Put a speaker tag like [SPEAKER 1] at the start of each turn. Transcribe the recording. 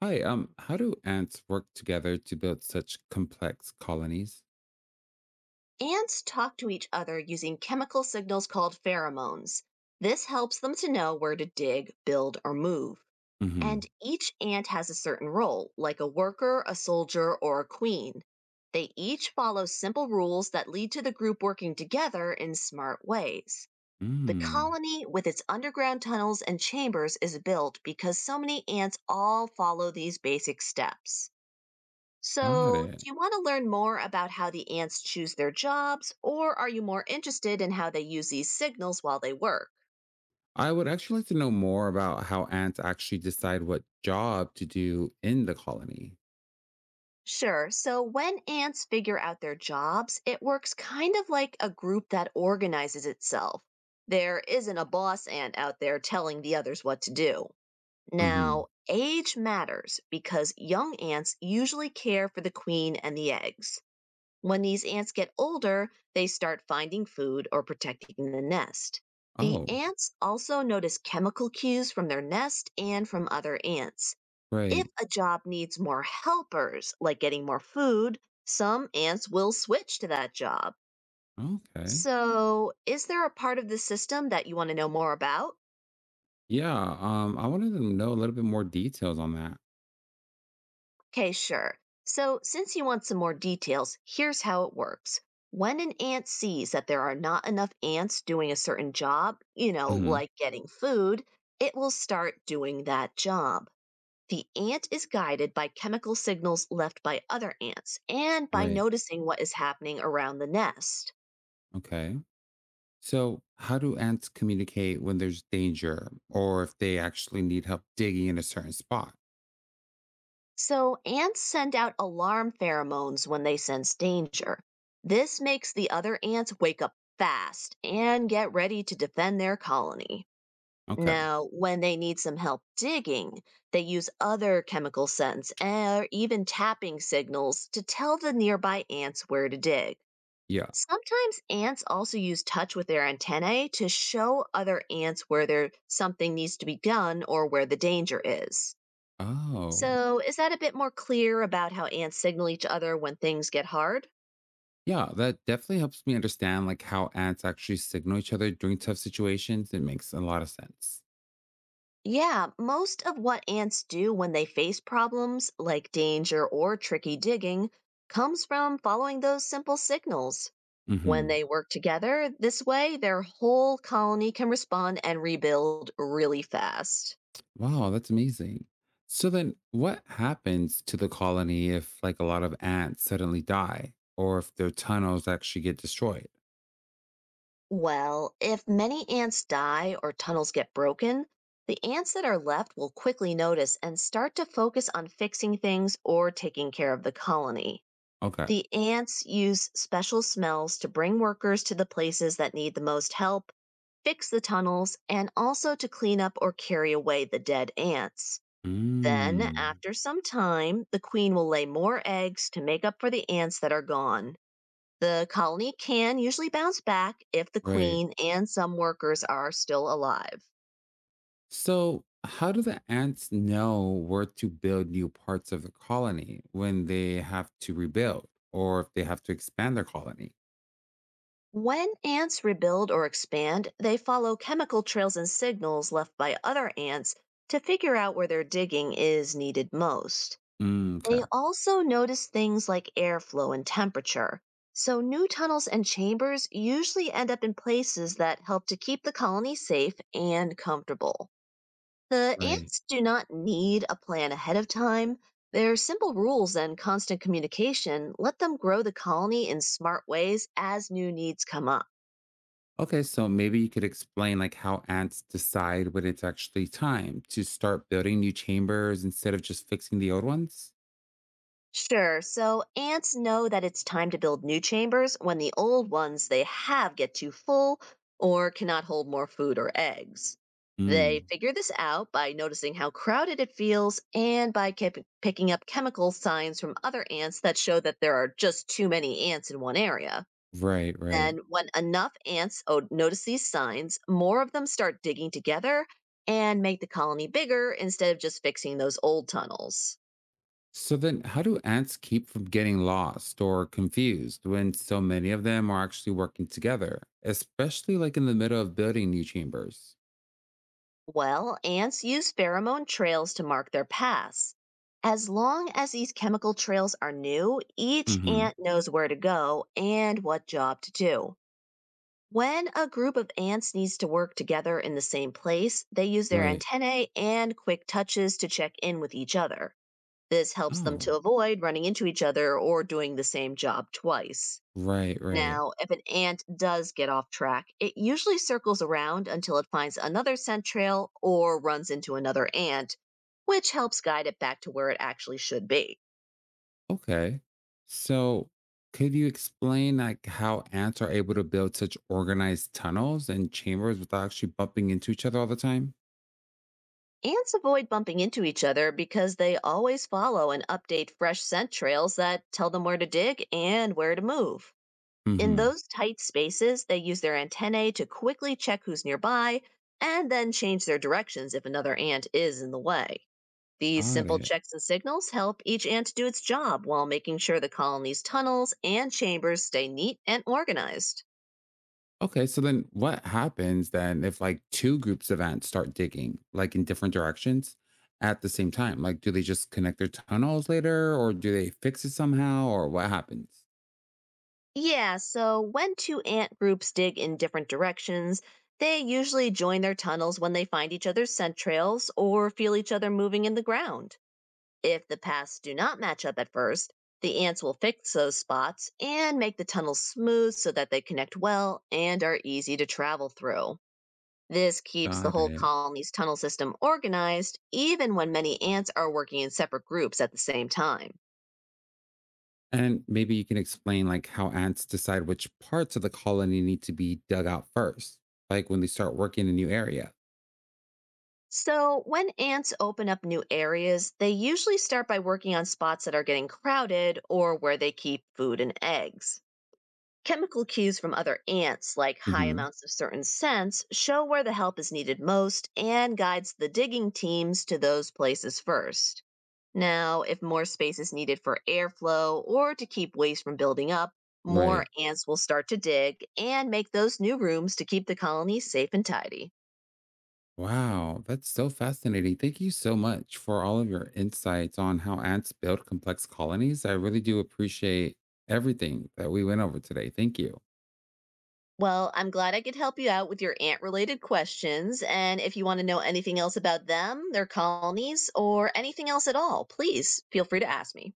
[SPEAKER 1] Hi, how do ants work together to build such complex colonies?
[SPEAKER 2] Ants talk to each other using chemical signals called pheromones. This helps them to know where to dig, build, or move. And
[SPEAKER 1] Mm-hmm.
[SPEAKER 2] each ant has a certain role, like a worker, a soldier, or a queen. They each follow simple rules that lead to the group working together in smart ways. The
[SPEAKER 1] Mm,
[SPEAKER 2] colony, with its underground tunnels and chambers, is built because so many ants all follow these basic steps.
[SPEAKER 1] got
[SPEAKER 2] So,
[SPEAKER 1] it.
[SPEAKER 2] do you want to learn more about how the ants choose their jobs, or are you more interested in how they use these signals while they work?
[SPEAKER 1] I would actually like to know more about how ants actually decide what job to do in the colony.
[SPEAKER 2] Sure. So, when ants figure out their jobs, it works kind of like a group that organizes itself. There isn't a boss ant out there telling the others what to do.
[SPEAKER 1] Mm-hmm.
[SPEAKER 2] Now, age matters because young ants usually care for the queen and the eggs. When these ants get older, they start finding food or protecting the nest. The
[SPEAKER 1] Oh,
[SPEAKER 2] ants also notice chemical cues from their nest and from other ants. If
[SPEAKER 1] great.
[SPEAKER 2] a job needs more helpers, like getting more food, some ants will switch to that job.
[SPEAKER 1] Okay.
[SPEAKER 2] So, is there a part of the system that you want to know more about?
[SPEAKER 1] Yeah. I wanted to know a little bit more details on that.
[SPEAKER 2] Okay, sure. So, since you want some more details, here's how it works. When an ant sees that there are not enough ants doing a certain job,
[SPEAKER 1] Mm-hmm.
[SPEAKER 2] like getting food, it will start doing that job. The ant is guided by chemical signals left by other ants and by
[SPEAKER 1] Right.
[SPEAKER 2] noticing what is happening around the nest.
[SPEAKER 1] Okay. So, how do ants communicate when there's danger or if they actually need help digging in a certain spot?
[SPEAKER 2] So, ants send out alarm pheromones when they sense danger. This makes the other ants wake up fast and get ready to defend their colony.
[SPEAKER 1] Okay.
[SPEAKER 2] Now, when they need some help digging, they use other chemical scents or even tapping signals to tell the nearby ants where to dig.
[SPEAKER 1] Yeah.
[SPEAKER 2] Sometimes ants also use touch with their antennae to show other ants where there something needs to be done or where the danger is.
[SPEAKER 1] Oh.
[SPEAKER 2] So, is that a bit more clear about how ants signal each other when things get hard?
[SPEAKER 1] Yeah, that definitely helps me understand like how ants actually signal each other during tough situations. It makes a lot of sense.
[SPEAKER 2] Yeah, most of what ants do when they face problems, like danger or tricky digging, comes from following those simple signals. When
[SPEAKER 1] Hmm.
[SPEAKER 2] they work together, this way their whole colony can respond and rebuild really fast.
[SPEAKER 1] Wow, that's amazing. So then what happens to the colony if like a lot of ants suddenly die or if their tunnels actually get destroyed?
[SPEAKER 2] Well, if many ants die or tunnels get broken, the ants that are left will quickly notice and start to focus on fixing things or taking care of the colony.
[SPEAKER 1] Okay.
[SPEAKER 2] The ants use special smells to bring workers to the places that need the most help, fix the tunnels, and also to clean up or carry away the dead ants. Then,
[SPEAKER 1] Mm.
[SPEAKER 2] after some time, the queen will lay more eggs to make up for the ants that are gone. The colony can usually bounce back if the
[SPEAKER 1] Right.
[SPEAKER 2] queen and some workers are still alive.
[SPEAKER 1] So how do the ants know where to build new parts of the colony when they have to rebuild or if they have to expand their colony?
[SPEAKER 2] When ants rebuild or expand, they follow chemical trails and signals left by other ants to figure out where their digging is needed most.
[SPEAKER 1] Mm, okay.
[SPEAKER 2] They also notice things like airflow and temperature. So, new tunnels and chambers usually end up in places that help to keep the colony safe and comfortable. The
[SPEAKER 1] Right.
[SPEAKER 2] ants do not need a plan ahead of time. Their simple rules and constant communication let them grow the colony in smart ways as new needs come up.
[SPEAKER 1] Okay, so maybe you could explain like how ants decide when it's actually time to start building new chambers instead of just fixing the old ones?
[SPEAKER 2] Sure. So ants know that it's time to build new chambers when the old ones they have get too full or cannot hold more food or eggs. They
[SPEAKER 1] Mm,
[SPEAKER 2] figure this out by noticing how crowded it feels and by picking up chemical signs from other ants that show that there are just too many ants in one area.
[SPEAKER 1] right, right.
[SPEAKER 2] Then, when enough notice these signs, more of them start digging together and make the colony bigger instead of just fixing those old tunnels.
[SPEAKER 1] So then how do ants keep from getting lost or confused when so many of them are actually working together, especially like in the middle of building new chambers?
[SPEAKER 2] Well, ants use pheromone trails to mark their paths. As long as these chemical trails are new, each ant
[SPEAKER 1] Hmm.
[SPEAKER 2] knows where to go and what job to do. When a group of ants needs to work together in the same place, they use their
[SPEAKER 1] Right.
[SPEAKER 2] antennae and quick touches to check in with each other. This helps them
[SPEAKER 1] Oh,
[SPEAKER 2] to avoid running into each other or doing the same job twice.
[SPEAKER 1] right, right.
[SPEAKER 2] Now, if an ant does get off track, it usually circles around until it finds another scent trail or runs into another ant, which helps guide it back to where it actually should be.
[SPEAKER 1] Okay. So, could you explain like how ants are able to build such organized tunnels and chambers without actually bumping into each other all the time?
[SPEAKER 2] Ants avoid bumping into each other because they always follow and update fresh scent trails that tell them where to dig and where to move. In
[SPEAKER 1] Mm-hmm.
[SPEAKER 2] those tight spaces, they use their antennae to quickly check who's nearby and then change their directions if another ant is in the way. These
[SPEAKER 1] Got
[SPEAKER 2] simple
[SPEAKER 1] it.
[SPEAKER 2] checks and signals help each ant do its job while making sure the colony's tunnels and chambers stay neat and organized.
[SPEAKER 1] Okay, so then what happens then if like two groups of ants start digging, like in different directions at the same time? Like, do they just connect their tunnels later or do they fix it somehow or what happens?
[SPEAKER 2] Yeah, so when two ant groups dig in different directions, they usually join their tunnels when they find each other's scent trails or feel each other moving in the ground. If the paths do not match up at first, the ants will fix those spots and make the tunnels smooth so that they connect well and are easy to travel through. This keeps the
[SPEAKER 1] Got
[SPEAKER 2] whole
[SPEAKER 1] it.
[SPEAKER 2] colony's tunnel system organized, even when many ants are working in separate groups at the same time.
[SPEAKER 1] And maybe you can explain like how ants decide which parts of the colony need to be dug out first, like when they start working in a new area.
[SPEAKER 2] So, when ants open up new areas, they usually start by working on spots that are getting crowded or where they keep food and eggs. Chemical cues from other ants, like high
[SPEAKER 1] Hmm.
[SPEAKER 2] amounts of certain scents, show where the help is needed most and guides the digging teams to those places first. Now, if more space is needed for airflow or to keep waste from building up, more
[SPEAKER 1] Right.
[SPEAKER 2] ants will start to dig and make those new rooms to keep the colony safe and tidy.
[SPEAKER 1] Wow, that's so fascinating. Thank you so much for all of your insights on how ants build complex colonies. I really do appreciate everything that we went over today. Thank you.
[SPEAKER 2] Well, I'm glad I could help you out with your ant related questions. And if you want to know anything else about them, their colonies, or anything else at all, please feel free to ask me.